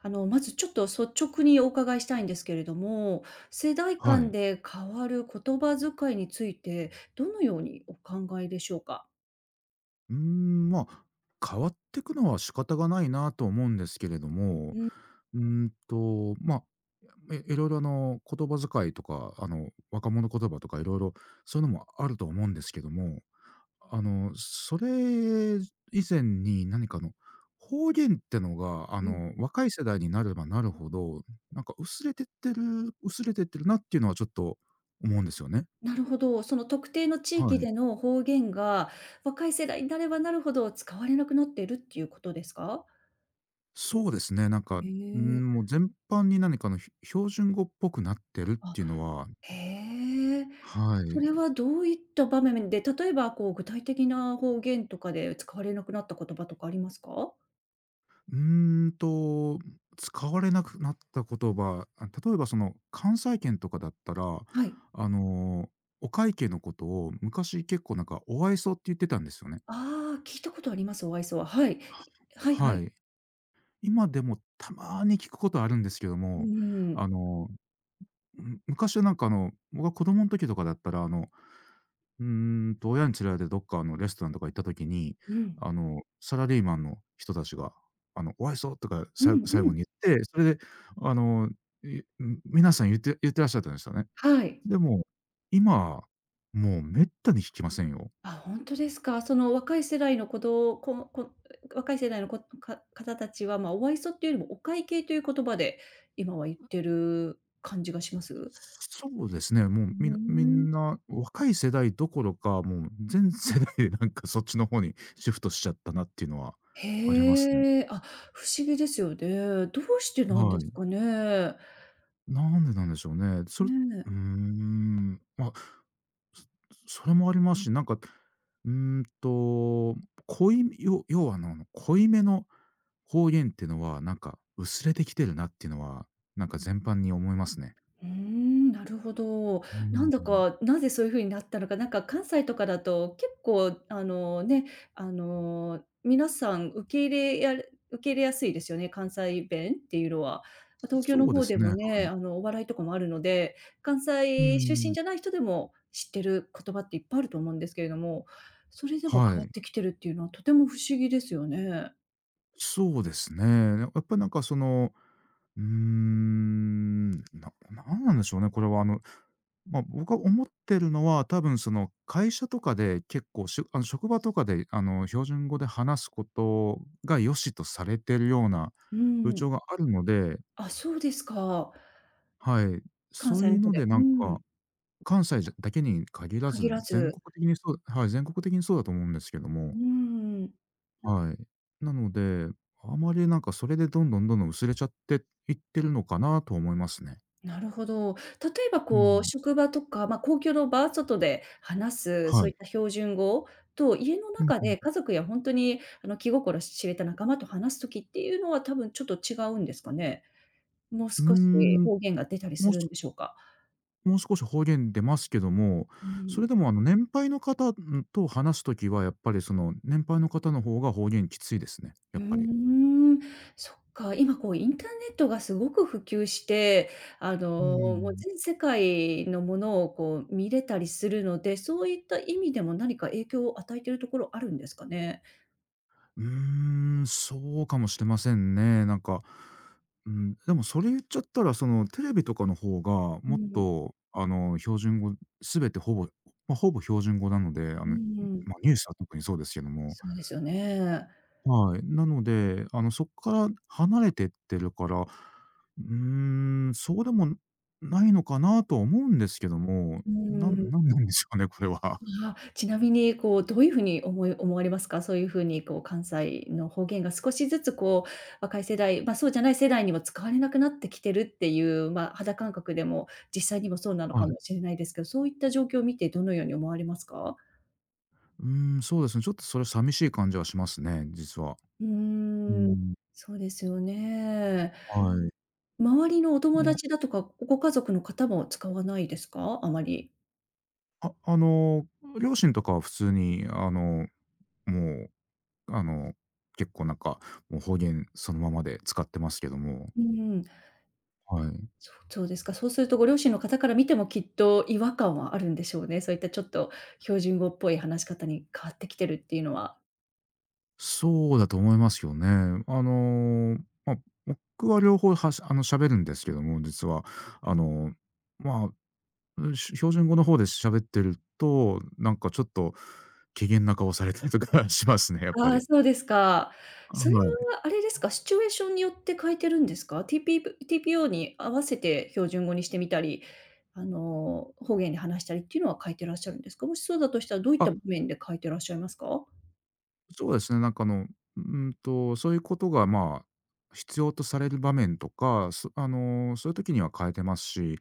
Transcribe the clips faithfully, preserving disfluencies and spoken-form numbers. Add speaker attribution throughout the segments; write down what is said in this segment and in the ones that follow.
Speaker 1: あの、まずちょっと率直にお伺いしたいんですけれども、世代
Speaker 2: は
Speaker 1: 間
Speaker 2: い。
Speaker 1: で変わる言葉遣いについて、どのようにお考えでしょうか？
Speaker 2: うーん、まあ、変わっていくのは仕方がないなと思うんですけれども、
Speaker 1: うん、
Speaker 2: うーんと、まあ、いいろいろあの、言葉遣いとか、あの、若者言葉とかいろいろそういうのもあると思うんですけども、あの、それ以前に何かあの、方言ってのが、あ
Speaker 1: うん。
Speaker 2: の、若い世代になればなるほど、なんか薄れてってる薄れてってるなっていうのはちょっと思うんですよね。
Speaker 1: なるほど。その特定の地
Speaker 2: は
Speaker 1: 域
Speaker 2: い。
Speaker 1: での方言が、若い世代になればなるほど使われなくなっているっていうことですか？
Speaker 2: そうですね、なんか、
Speaker 1: へ
Speaker 2: う
Speaker 1: え。
Speaker 2: ん、もう全般に何かのひ標準語っぽくなってるっ
Speaker 1: あ、
Speaker 2: ていうのは、
Speaker 1: へえ。
Speaker 2: は
Speaker 1: そ
Speaker 2: い。
Speaker 1: れはどういった場面で、例えばこう具体的な方言とかで使われなくなった言葉とかありますか？
Speaker 2: うーんと、使われなくなった言葉、あ、例えばその関西圏とかだったら、
Speaker 1: はい。
Speaker 2: あの、お会計のことを昔結構なんかお愛想って言ってたんですよね。
Speaker 1: ああ、聞いたことあります、お愛想は。はい。はいは
Speaker 2: は
Speaker 1: い。
Speaker 2: い。今でもたまに聞くことあるんですけど
Speaker 1: う
Speaker 2: も、
Speaker 1: ー
Speaker 2: あ
Speaker 1: ん。
Speaker 2: のむ昔はなんかあの、僕が子供の時とかだったら、あの、うーんと、親に連れられてどっかあのレストランとか行った時に、
Speaker 1: うん。
Speaker 2: あの、サラリーマンの人たちが、あの、「お愛想」とか
Speaker 1: う
Speaker 2: さ
Speaker 1: ん
Speaker 2: 最
Speaker 1: う
Speaker 2: 後
Speaker 1: ん。
Speaker 2: に言って、それであの、いん皆さん言って言ってらっしゃったんですよね。
Speaker 1: はい。
Speaker 2: でも、今、もう滅多に聞きませんよ。
Speaker 1: あ、ほんとですか。その若い世代のこどここ若い世代のこか方たちは、ま、お愛想っていうよりも、お会計という言葉で、今は言ってる感じがします？
Speaker 2: そうですね、も
Speaker 1: う
Speaker 2: うみんなみ
Speaker 1: ーん。
Speaker 2: んな若い世代どころか、もう全世代でなんかそっちの方にシフトしちゃったなっていうのはありますね。
Speaker 1: へえ、あ、不思議ですよね。どうしてなん
Speaker 2: は
Speaker 1: で
Speaker 2: い。
Speaker 1: すかね。
Speaker 2: なんでなんでしょうね。それ
Speaker 1: ね。
Speaker 2: うーん、まあ、そそれもありますし、なんか、うーんと、濃いよ要はあの、濃いめの方言っていうのは、なんか薄れてきてるなっていうのは、なんか全般に思いますね。
Speaker 1: うーん、なるほど。
Speaker 2: う
Speaker 1: なん
Speaker 2: ー
Speaker 1: だ
Speaker 2: ん。
Speaker 1: か、なぜそういう風になったのか、なんか関西とかだと結構あのね、あの、皆さん受け入れや受け入れやすいですよね、関西弁っていうのは。ま、東京
Speaker 2: そ
Speaker 1: の
Speaker 2: うで
Speaker 1: 方
Speaker 2: す
Speaker 1: で
Speaker 2: ね、
Speaker 1: も
Speaker 2: は
Speaker 1: ね、
Speaker 2: い。
Speaker 1: あの、お笑いとかもあるので、関
Speaker 2: うー
Speaker 1: 西出身
Speaker 2: ん、
Speaker 1: じゃない人でも知ってる言葉っていっぱいあると思うんですけれども、それでも変
Speaker 2: は
Speaker 1: わっ
Speaker 2: い。
Speaker 1: てきてるっていうのはとても不思議ですよね。
Speaker 2: そうですね。やっぱなんかそのうーん、ななんなんでしょうね、これはあの、まあ、僕が思ってるのは、多分その会社とかで結構しあの職場とかであの標準語で話すことが良しとされてるような
Speaker 1: う
Speaker 2: 風
Speaker 1: ん。
Speaker 2: 潮があるので、
Speaker 1: あ、そうですか。
Speaker 2: はい、
Speaker 1: 関
Speaker 2: そう
Speaker 1: 西
Speaker 2: い
Speaker 1: の
Speaker 2: う
Speaker 1: 方
Speaker 2: の
Speaker 1: で。
Speaker 2: で
Speaker 1: う
Speaker 2: なんか、
Speaker 1: ん。
Speaker 2: 関西じゃだけに限ら
Speaker 1: 限
Speaker 2: ず、
Speaker 1: ら
Speaker 2: 全
Speaker 1: ず。
Speaker 2: 国的にそうはい、全国的にそうだと思うんですけど
Speaker 1: う
Speaker 2: も、
Speaker 1: ん。
Speaker 2: はい。なので、あまりなんかそれでどんどんどんどん薄れちゃっていってるのかなと思いますね。
Speaker 1: なるほど。例えば
Speaker 2: う
Speaker 1: こう、
Speaker 2: ん、
Speaker 1: 職場とか、まあ、公共の場、外で話す、そ
Speaker 2: は
Speaker 1: うい
Speaker 2: い。
Speaker 1: った標準語と、家の
Speaker 2: うん
Speaker 1: 中
Speaker 2: うん。
Speaker 1: で家族や本当に、あの、気心知れた仲間と話す時っていうのは、多分ちょっと違うんですかね？
Speaker 2: う
Speaker 1: もう
Speaker 2: ー
Speaker 1: 少し
Speaker 2: ん、
Speaker 1: 方言が出たりす
Speaker 2: もう
Speaker 1: るん
Speaker 2: す
Speaker 1: でしょうか？
Speaker 2: もう少し方言出ますけども、
Speaker 1: う
Speaker 2: そ
Speaker 1: ん。
Speaker 2: れでもあの年配の方、ん、と話すときはやっぱりその年配の方の方が方言きついですね、
Speaker 1: う
Speaker 2: や
Speaker 1: ー
Speaker 2: っぱり。
Speaker 1: ん、そっか。今こう、インターネットがすごく普及して、あ
Speaker 2: う
Speaker 1: の、もう
Speaker 2: ん。
Speaker 1: 全世界のものをこう見れたりするので、そういった意味でも何か影響を与えているところあるんですかね？
Speaker 2: うーん、そうかもしれませんね。なんか、うん、でもそれ言っちゃったらそのテレビとかの方が
Speaker 1: う
Speaker 2: もっ
Speaker 1: ん、
Speaker 2: とあの標準語全てほぼ、ま、ほぼ標準語なので、あ
Speaker 1: う
Speaker 2: の、
Speaker 1: んうん、
Speaker 2: ま、ニュースは特にそうですけども、
Speaker 1: そうですよね。
Speaker 2: はい。なので、あの、そこから離れてってるから、うーん、そうでもないのかなとは思うんですけども、
Speaker 1: う
Speaker 2: な
Speaker 1: ん。
Speaker 2: んなんなんでしょうね、これは。
Speaker 1: あ、ちなみにこうどういう風に思い思われますか？そういう風にこう関西の方言が少しずつこう若い世代、まあ、そうじゃない世代にも使われなくなってきてるっていう、まあ、肌感覚でも実際にもそうなのか
Speaker 2: は
Speaker 1: も
Speaker 2: い。
Speaker 1: しれないですけど、そういった状況を見てどのように思われますか？
Speaker 2: うーん、そうですね、ちょっとそれ寂しい感じはしますね、実は。
Speaker 1: う
Speaker 2: うー
Speaker 1: ーん、
Speaker 2: ん、
Speaker 1: そうですよね。
Speaker 2: はい。
Speaker 1: 周りのお友
Speaker 2: もう
Speaker 1: 達だとか、ご家族の方も使わないですか？あまり。
Speaker 2: ああの、両親とかは普通に、あの、もう、あの、結構なんか、もう方言そのままで使ってますけども、
Speaker 1: うん。
Speaker 2: はい。
Speaker 1: そそうですか。そうするとご両親の方から見てもきっと違和感はあるんでしょうね。そういったちょっと標準語っぽい話し方に変わってきてるっていうのは。
Speaker 2: そうだと思いますよね。あの、まあ、僕は両方はしあの、喋るんですけども、実は。あの、まあ、し標準語の方で喋ってると、なんかちょっと機嫌な顔されたりとか しますね、やっぱ
Speaker 1: ああ、
Speaker 2: り。
Speaker 1: そうですか。
Speaker 2: は
Speaker 1: それ
Speaker 2: い。
Speaker 1: はあれですか、シチュエーションによって変えてるんですか？TP ティーピーオー に合わせて標準語にしてみたり、あの、方言で話したりっていうのは変えてらっしゃるんですか？もしそうだとしたらどういっ
Speaker 2: あ、
Speaker 1: た場面で変えてらっしゃいますか？
Speaker 2: そうですね、なんかあの、うーんと、そういうことが、まあ、必要とされる場面とか、そあの、そういう時には変えてますし、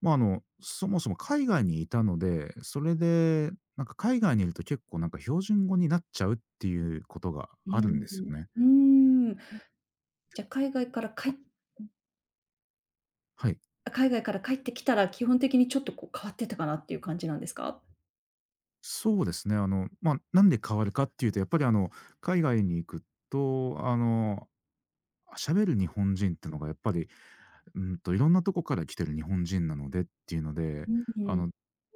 Speaker 2: まあ、あの、そもそも海外にいたので、それで、なんか海外にいると結構なんか標準語になっちゃうっていうことが
Speaker 1: うー
Speaker 2: あるん
Speaker 1: ん。
Speaker 2: ですよね。
Speaker 1: うーん。じゃ、海外から帰っ
Speaker 2: あ、はい。
Speaker 1: 海外から帰ってきたら、基本的にちょっとこう変わってたかなっていう感じなんですか？
Speaker 2: そうですね。あの、まあ、なんで変わるかっていうと、やっぱりあの、海外に行くと、あの、喋る日本人ってのがやっぱり、うんと、いろんなとこから来てる日本人なのでっていうので、
Speaker 1: うんう
Speaker 2: あ
Speaker 1: ん。
Speaker 2: の、ど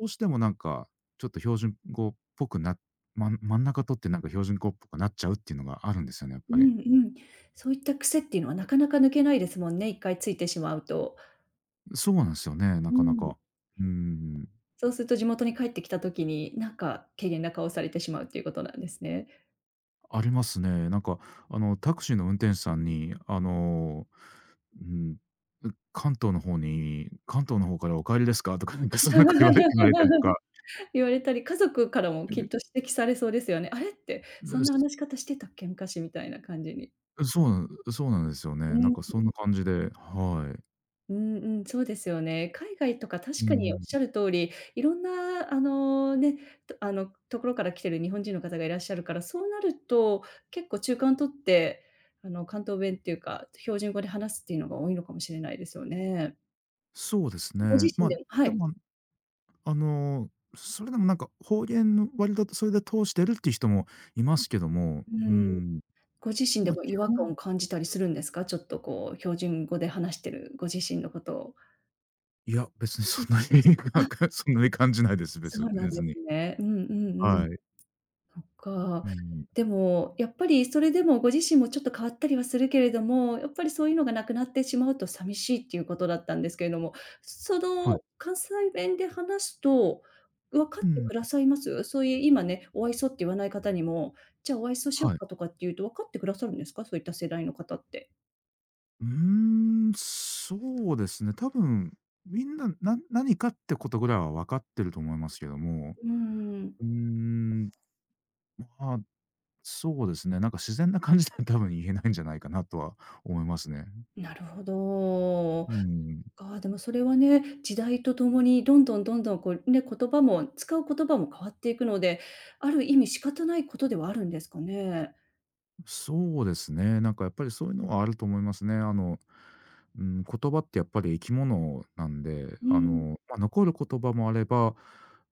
Speaker 2: うしてもなんか、ちょっと標準語っぽくなま真ん中取ってなんか標準語っぽくなっちゃうっていうのがあるんですよね、やっ
Speaker 1: う
Speaker 2: ぱり。
Speaker 1: んうん。そういった癖っていうのはなかなか抜けないですもんね、一回ついてしまうと。
Speaker 2: そうなんですよね、
Speaker 1: う
Speaker 2: なかな
Speaker 1: ん。
Speaker 2: か。うん、
Speaker 1: そうすると地元に帰ってきた時に、なんか、機嫌な顔されてしまうっていうことなんですね。
Speaker 2: ありますね。なんか、あの、タクシーの運転手さんに、あの、うん、関東の方に「関東の方からお帰りですか？」とか、なんか そんなこと言われ 言われたりとか。
Speaker 1: 言われたり、家族からもきっと
Speaker 2: え
Speaker 1: 指摘されそうですよね。あれって、そんな話し方してたっけ？昔みたいな感じに。
Speaker 2: そうなんそうなんですよ
Speaker 1: う
Speaker 2: ね。なん
Speaker 1: ん。
Speaker 2: かそんな感じで、はい。
Speaker 1: うんうん、そうですよね。海外とか
Speaker 2: う
Speaker 1: 確かにおっ
Speaker 2: ん、
Speaker 1: しゃる通り、いろんなあの、ね、とあの、ところから来てる日本人の方がいらっしゃるから、そうなると、結構中間取って、あの、関東弁っていうか、標準語で話すっていうのが多いのかもしれないですよね。
Speaker 2: そうです
Speaker 1: ご自
Speaker 2: ね。
Speaker 1: 身
Speaker 2: まあ、
Speaker 1: でもは
Speaker 2: で
Speaker 1: い。
Speaker 2: も、あの、それでもなんか方言の割とそれで通してるっていう人もいますけども、
Speaker 1: う
Speaker 2: う
Speaker 1: ん。
Speaker 2: ん、
Speaker 1: ご自身で
Speaker 2: ま、基
Speaker 1: も違和感
Speaker 2: 本
Speaker 1: を感じたりするんですか？ちょっとこう標準語で話してるご自身のことを。
Speaker 2: いや、別にそんなに
Speaker 1: あ、
Speaker 2: そんなに感じないです、
Speaker 1: そ
Speaker 2: 別
Speaker 1: うなん
Speaker 2: 別
Speaker 1: です
Speaker 2: に。
Speaker 1: ね。うんうんうん。
Speaker 2: はい。
Speaker 1: そっか。
Speaker 2: うん。
Speaker 1: でも、やっぱりそれでもご自身もちょっと変わったりはするけれども、やっぱりそういうのがなくなってしまうと寂しいっていうことだったんですけれども、そ
Speaker 2: は
Speaker 1: の
Speaker 2: い。
Speaker 1: 関西弁で話すと、分かっ
Speaker 2: う
Speaker 1: て
Speaker 2: ん。
Speaker 1: くださいます？そういう今ね、お愛想って言わない方にも、じゃあお愛想しよっ
Speaker 2: はい。
Speaker 1: かとかって言うと分かってくださるんですか？そういった世代の方って。
Speaker 2: うーん、そうですね。多分、みんな、な何かってことぐらいは分かってると思いますけども、
Speaker 1: うーん、
Speaker 2: うーん、まあ、そうですね、なんか自然な感じでは多分言えないんじゃないかなとは思いますね。
Speaker 1: なるほど。
Speaker 2: うん。
Speaker 1: ああ、でもそれはね、時代とともにどんどんどんどんこうね、言葉も使う言葉も変わっていくので、ある意味仕方ないことではあるんですかね。
Speaker 2: そうですね。なんかやっぱりそういうのはあると思いますね。あの、うん、言葉ってやっぱり生き物なんで、
Speaker 1: う
Speaker 2: あ
Speaker 1: ん、
Speaker 2: の、まあ、残る言葉もあれば、う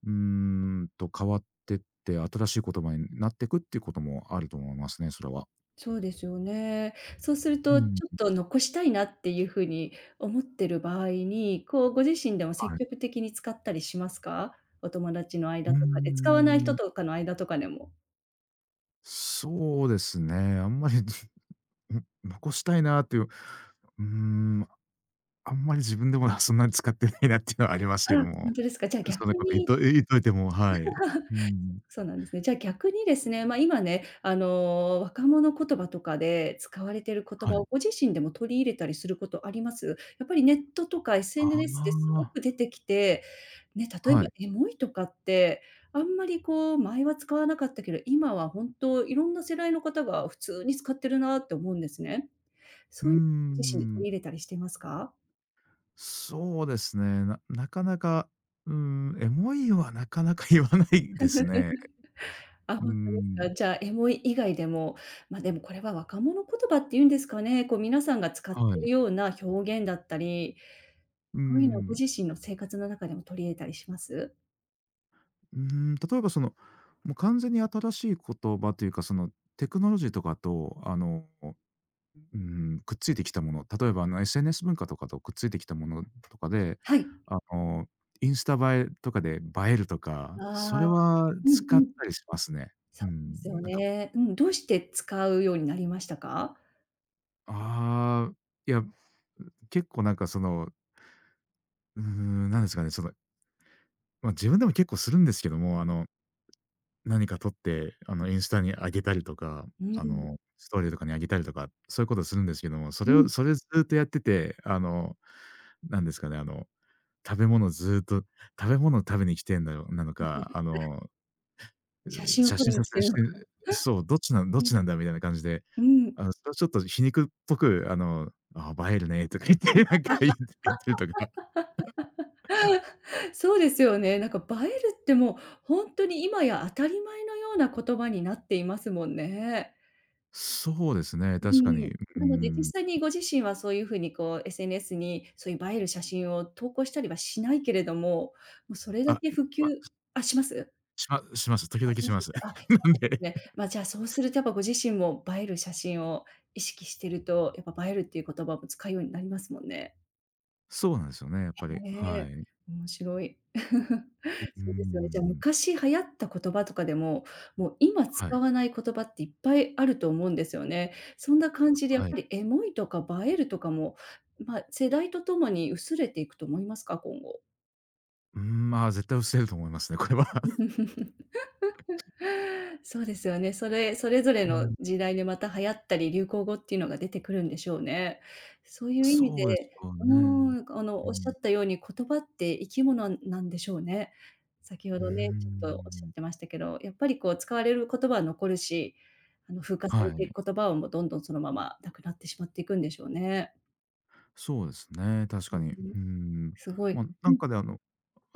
Speaker 2: ーんと変わってって新しい言葉になっていくっていうこともあると思いますね、それは。
Speaker 1: そうですよね。そうする
Speaker 2: う
Speaker 1: と、ち
Speaker 2: ん、
Speaker 1: ょっと残したいなっていうふうに思ってる場合に、こうご自身でも積
Speaker 2: はい。
Speaker 1: 極的に使ったりしますか？お友達の
Speaker 2: うー
Speaker 1: 間とかで、使わない人
Speaker 2: ん、
Speaker 1: とかの間とかでも。
Speaker 2: そうですね。あんまり 残したいなっていう、うーん、あんまり自分でも そんなに使ってないなっていうのはあります
Speaker 1: あ、
Speaker 2: けど
Speaker 1: 本
Speaker 2: も。
Speaker 1: 当ですか。じゃあ
Speaker 2: そん
Speaker 1: 逆
Speaker 2: なこと言っ
Speaker 1: に
Speaker 2: と言っといても、はい。うん。
Speaker 1: そうなんですね。じゃあ逆にですね、ま、あ今ね、あの、若者言葉とかで使われている言
Speaker 2: は
Speaker 1: 葉
Speaker 2: い。
Speaker 1: をご自身でも取り入れたりすることあります？やっぱりネットとか
Speaker 2: あ
Speaker 1: エスエヌエス ですご
Speaker 2: あ、
Speaker 1: く出てきて、ね、例え
Speaker 2: は
Speaker 1: ば
Speaker 2: い。
Speaker 1: エモいとかって、あんまりこう前は使わなかったけど、今は本当いろんな世代の方が普通に使ってるなって思うんですね。
Speaker 2: う
Speaker 1: そ
Speaker 2: ー
Speaker 1: ういうのご自身で取
Speaker 2: ん、
Speaker 1: り入れたりしてますか？
Speaker 2: そうですね。ななかなか、うーん、エモいはなかなか 言わないですね。
Speaker 1: あ、
Speaker 2: うー
Speaker 1: 本当です
Speaker 2: ん、
Speaker 1: か。じゃあ、エモい以外でも、まあ、でもこれは若者言葉っていうんですかね、こう皆さんが使っ
Speaker 2: は
Speaker 1: てる
Speaker 2: い。
Speaker 1: ような表現だったり、
Speaker 2: うー
Speaker 1: そういうのをご自
Speaker 2: ん、
Speaker 1: 身の生活の中でも取り入れたりします？
Speaker 2: うーん、例えばその、もう完全に新しい言葉というか、そのテクノロジーとかと、あの、うーん、くっついてきたもの、例えばあの エスエヌエス 文化とかとくっついてきたものとかで、
Speaker 1: はい。
Speaker 2: あの、インスタ映えとかで映えるとか、それ
Speaker 1: ああ、
Speaker 2: は
Speaker 1: うんう
Speaker 2: 使っ
Speaker 1: ん。
Speaker 2: たりしますね。
Speaker 1: そ
Speaker 2: う
Speaker 1: うで
Speaker 2: ん、
Speaker 1: すよ
Speaker 2: なんか
Speaker 1: ね。うん、どうして使うようになりましたか？
Speaker 2: ああ、いや、結構なんかその、うーん、なんですかね、その、まあ、自分でも結構するんですけども、あの、何か撮って、あの、インスタに上げたりとか、
Speaker 1: う
Speaker 2: あ
Speaker 1: ん、
Speaker 2: の、ストーリーとかに上げたりとか、そういうことするんですけども、そ
Speaker 1: う
Speaker 2: れ
Speaker 1: ん。
Speaker 2: をそれずっとやってて、あの、なんですかね、あの、食べ物ずっと食べ物を食べに来てんだよなのか、あの
Speaker 1: 写
Speaker 2: う、
Speaker 1: 真を
Speaker 2: 写
Speaker 1: 撮
Speaker 2: 真
Speaker 1: りに
Speaker 2: 撮
Speaker 1: 来て
Speaker 2: 影
Speaker 1: る
Speaker 2: し
Speaker 1: のか。
Speaker 2: て、そう、どっちなんどっ
Speaker 1: うん、
Speaker 2: ちなんだみたいな感じで、
Speaker 1: うん。
Speaker 2: あの、それはちょっと皮肉っぽく、あの、ああ、映えるねとか言って、なんか言って、言ってるとか。
Speaker 1: そうですよね。なんか映えるってもう、ほに今や当たり前のような言葉になっていますもんね。
Speaker 2: そうですね、
Speaker 1: う
Speaker 2: 確かに。
Speaker 1: ん。
Speaker 2: うー
Speaker 1: なので実
Speaker 2: ん。
Speaker 1: 際にご自身はそういう風にこう エスエヌエス にそういう映える写真を投稿したりはしないけれども、もうそれだ
Speaker 2: あ、
Speaker 1: け普
Speaker 2: ま、
Speaker 1: 及あ、します？
Speaker 2: しまします。時
Speaker 1: あ、
Speaker 2: 々
Speaker 1: しま
Speaker 2: し
Speaker 1: すし
Speaker 2: ます。
Speaker 1: ます。あ、そ
Speaker 2: な
Speaker 1: う
Speaker 2: ん
Speaker 1: なんで
Speaker 2: で
Speaker 1: すね。まあ、じゃあそうするとやっぱご自身も映える写真を意識してると、やっぱ映えるっていう言葉も使うようになりますもんね。
Speaker 2: そうなんですよね、やっぱり。
Speaker 1: え
Speaker 2: は
Speaker 1: え、
Speaker 2: い。う
Speaker 1: 面白い。
Speaker 2: うー
Speaker 1: そうですよね。じゃあ、
Speaker 2: ん。
Speaker 1: 昔流行った言葉とかでも、もう今
Speaker 2: はい、
Speaker 1: 使わない言葉っていっぱいあると思うんですよね。そんな感じでやっ
Speaker 2: はい。
Speaker 1: ぱりエモいとか映えるとかも、まあ、世代とともに薄れていくと思いますか？今後。
Speaker 2: うーん、まあ、絶対防げると思いますね、これは。
Speaker 1: そうですよね。それそれぞれ
Speaker 2: う
Speaker 1: の
Speaker 2: ん、
Speaker 1: 時代でまた流行ったり、流行語っていうのが出てくるんでしょうね。そういう意味
Speaker 2: そうです
Speaker 1: で、
Speaker 2: よ
Speaker 1: う
Speaker 2: ね。
Speaker 1: ーん、あの、
Speaker 2: う
Speaker 1: おっしゃっ
Speaker 2: ん。
Speaker 1: たように言葉って生き物なんでしょうね。先ほ
Speaker 2: うー
Speaker 1: どね、ちょっとおっしゃっ
Speaker 2: ん。
Speaker 1: てましたけど、やっぱりこう使われる言葉は残るし、あの風化さ
Speaker 2: は
Speaker 1: れて
Speaker 2: い。
Speaker 1: いく言葉はもうどんどんそのままなくなってしまっていくんでしょうね。
Speaker 2: そうですね、確
Speaker 1: う
Speaker 2: かに。
Speaker 1: ん、
Speaker 2: うん。
Speaker 1: すご
Speaker 2: ま
Speaker 1: い。
Speaker 2: あ、
Speaker 1: う
Speaker 2: なん
Speaker 1: ん、
Speaker 2: かであの、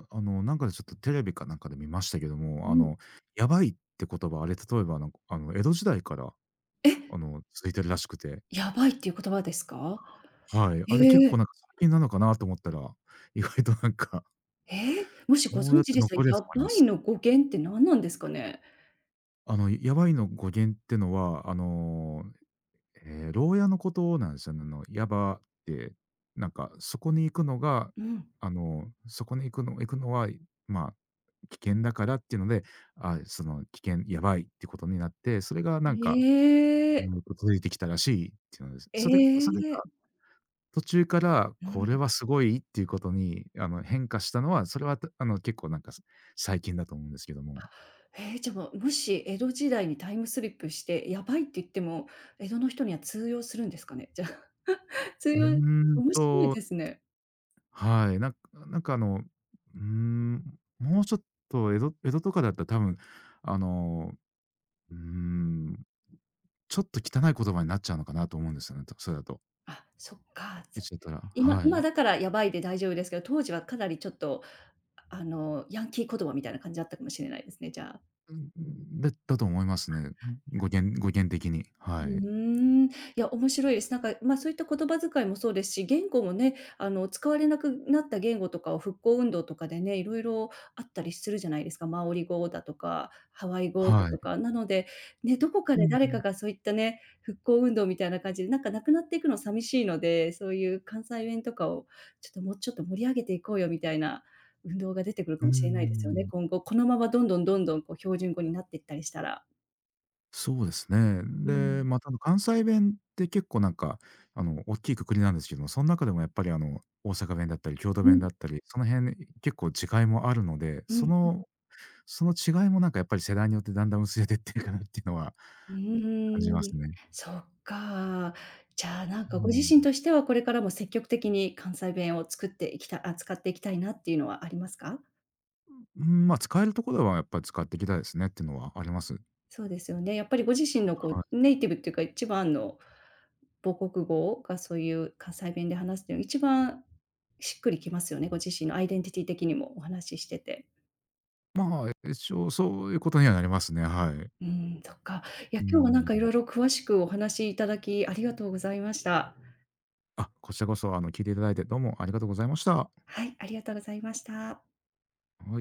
Speaker 2: あの、なんかでちょっとテレビかなんかで見ましたけど
Speaker 1: う
Speaker 2: も、あ
Speaker 1: ん。
Speaker 2: の、やばいって言葉、あれ例えばなんか、あの、江戸時代から
Speaker 1: え、
Speaker 2: あの、続いてるらしくて、
Speaker 1: やばいっていう言葉ですか？
Speaker 2: はい。
Speaker 1: え
Speaker 2: あれ結
Speaker 1: え。
Speaker 2: 構なんか最近なのかなと思ったら、意外となんか、
Speaker 1: ええ、もしご
Speaker 2: そう
Speaker 1: 存
Speaker 2: やって
Speaker 1: 知でしたら、
Speaker 2: 残るやつ
Speaker 1: や
Speaker 2: もありま
Speaker 1: ばい
Speaker 2: す。
Speaker 1: の語源って何なんですかね？
Speaker 2: あの、やばいの語源ってのは、あのええ、牢屋のことなんですよね。あの、やばって、なんかそこに行くのが、
Speaker 1: うん。
Speaker 2: あの、そこに行くの行くのは、まあ、危険だからっていうので、あ、その危険、やばいってことになって、それがなんか、
Speaker 1: え
Speaker 2: う
Speaker 1: え、
Speaker 2: ん続いてきたらしいっていうのです。
Speaker 1: え
Speaker 2: それそれが
Speaker 1: え、
Speaker 2: 途中から、
Speaker 1: う
Speaker 2: こ
Speaker 1: ん。
Speaker 2: れはすごいっていうことに、あの、変化したのは、それは、あの、結構なんか、最近だと思うんですけども。
Speaker 1: ええ、じゃ、ももし江戸時代にタイムスリップして、やばいって言っても、江戸の人には通用するんですかね？じゃ、通
Speaker 2: う
Speaker 1: 用
Speaker 2: ーん
Speaker 1: 面白い
Speaker 2: と、
Speaker 1: ですね。
Speaker 2: はい。なんかなんかあの、うーん、もうちょっと江戸江戸とかだったら多分、あの、うーん、ちょっと汚い言葉になっちゃうのかなと思うんですよね、とそれだと。
Speaker 1: あ、そっか。
Speaker 2: 言っ
Speaker 1: つ
Speaker 2: ちゃったら、
Speaker 1: 今
Speaker 2: は
Speaker 1: 今
Speaker 2: い。
Speaker 1: だからやばいで大丈夫ですけど、当時はかなりちょっと、あの、ヤンキー言葉みたいな感じだったかもしれないですね、じゃあ。
Speaker 2: うんで、だだと思いますね。語源語源的に、
Speaker 1: う
Speaker 2: は
Speaker 1: ー
Speaker 2: い。
Speaker 1: ん、いや、面白いです。なんか、まあ、そういった言葉遣いもそうですし、言語もね、あの、使われなくなった言語とかを復興運動とかでね、いろいろあったりするじゃないですか。マオリ語だとか、ハワイ語だ
Speaker 2: は
Speaker 1: と
Speaker 2: い。
Speaker 1: か。なので、ね、どこか
Speaker 2: う
Speaker 1: で
Speaker 2: ん
Speaker 1: 誰
Speaker 2: う
Speaker 1: か
Speaker 2: ん。
Speaker 1: がそういったね、復興運動みたいな感じで、なんかなくなっていくの寂しいので、そういう関西弁とかをちょっともうちょっと盛り上げていこうよみたいな運動が出てくるか
Speaker 2: うー
Speaker 1: もしれないですよね、
Speaker 2: ん。
Speaker 1: 今後。このままどんどんどんどんこう標準語になっていったりしたら。
Speaker 2: そうですね。
Speaker 1: う
Speaker 2: で、
Speaker 1: ん。
Speaker 2: まあ、ただ関西弁って結構なんか、あの、大きいくくりなんですけども、その中でもやっぱりあの、大阪弁だったり、京都
Speaker 1: う
Speaker 2: 弁
Speaker 1: ん、
Speaker 2: だったり、その辺結構違いもあるので、
Speaker 1: う
Speaker 2: そ
Speaker 1: ん。
Speaker 2: のその違いもなんかやっぱり世代によってだんだん薄れてってるかなっていうのは
Speaker 1: う
Speaker 2: 感じま
Speaker 1: ー
Speaker 2: す
Speaker 1: ん、
Speaker 2: ね。
Speaker 1: そっか。じゃあ、なん
Speaker 2: う
Speaker 1: かご
Speaker 2: ん。
Speaker 1: 自身としては、これからも積極的に関西弁を作っていきたあ、使っていきたいなっていうのはありますか？
Speaker 2: まあ使えるところはやっぱり使っていきたいですねっていうのはあります。
Speaker 1: そうですよね。やっぱりご自身のこ
Speaker 2: は
Speaker 1: う、
Speaker 2: い。
Speaker 1: ネイティブっていうか、一番の母国語がそういう関西弁で話すっていうの、一番しっくりきますよね、ご自身のアイデンティティ的にもお話ししてて。
Speaker 2: まあ、一応そういうことにはなりますね、はい。
Speaker 1: うん、そっか。いや、
Speaker 2: う
Speaker 1: 今日はなん
Speaker 2: ん。
Speaker 1: かいろいろ詳しくお話しいただきありがとうございました。
Speaker 2: あ、こちらこそあの、聞いていただいてどうもありがとうございました。は
Speaker 1: はい、ありがとうございました。
Speaker 2: い。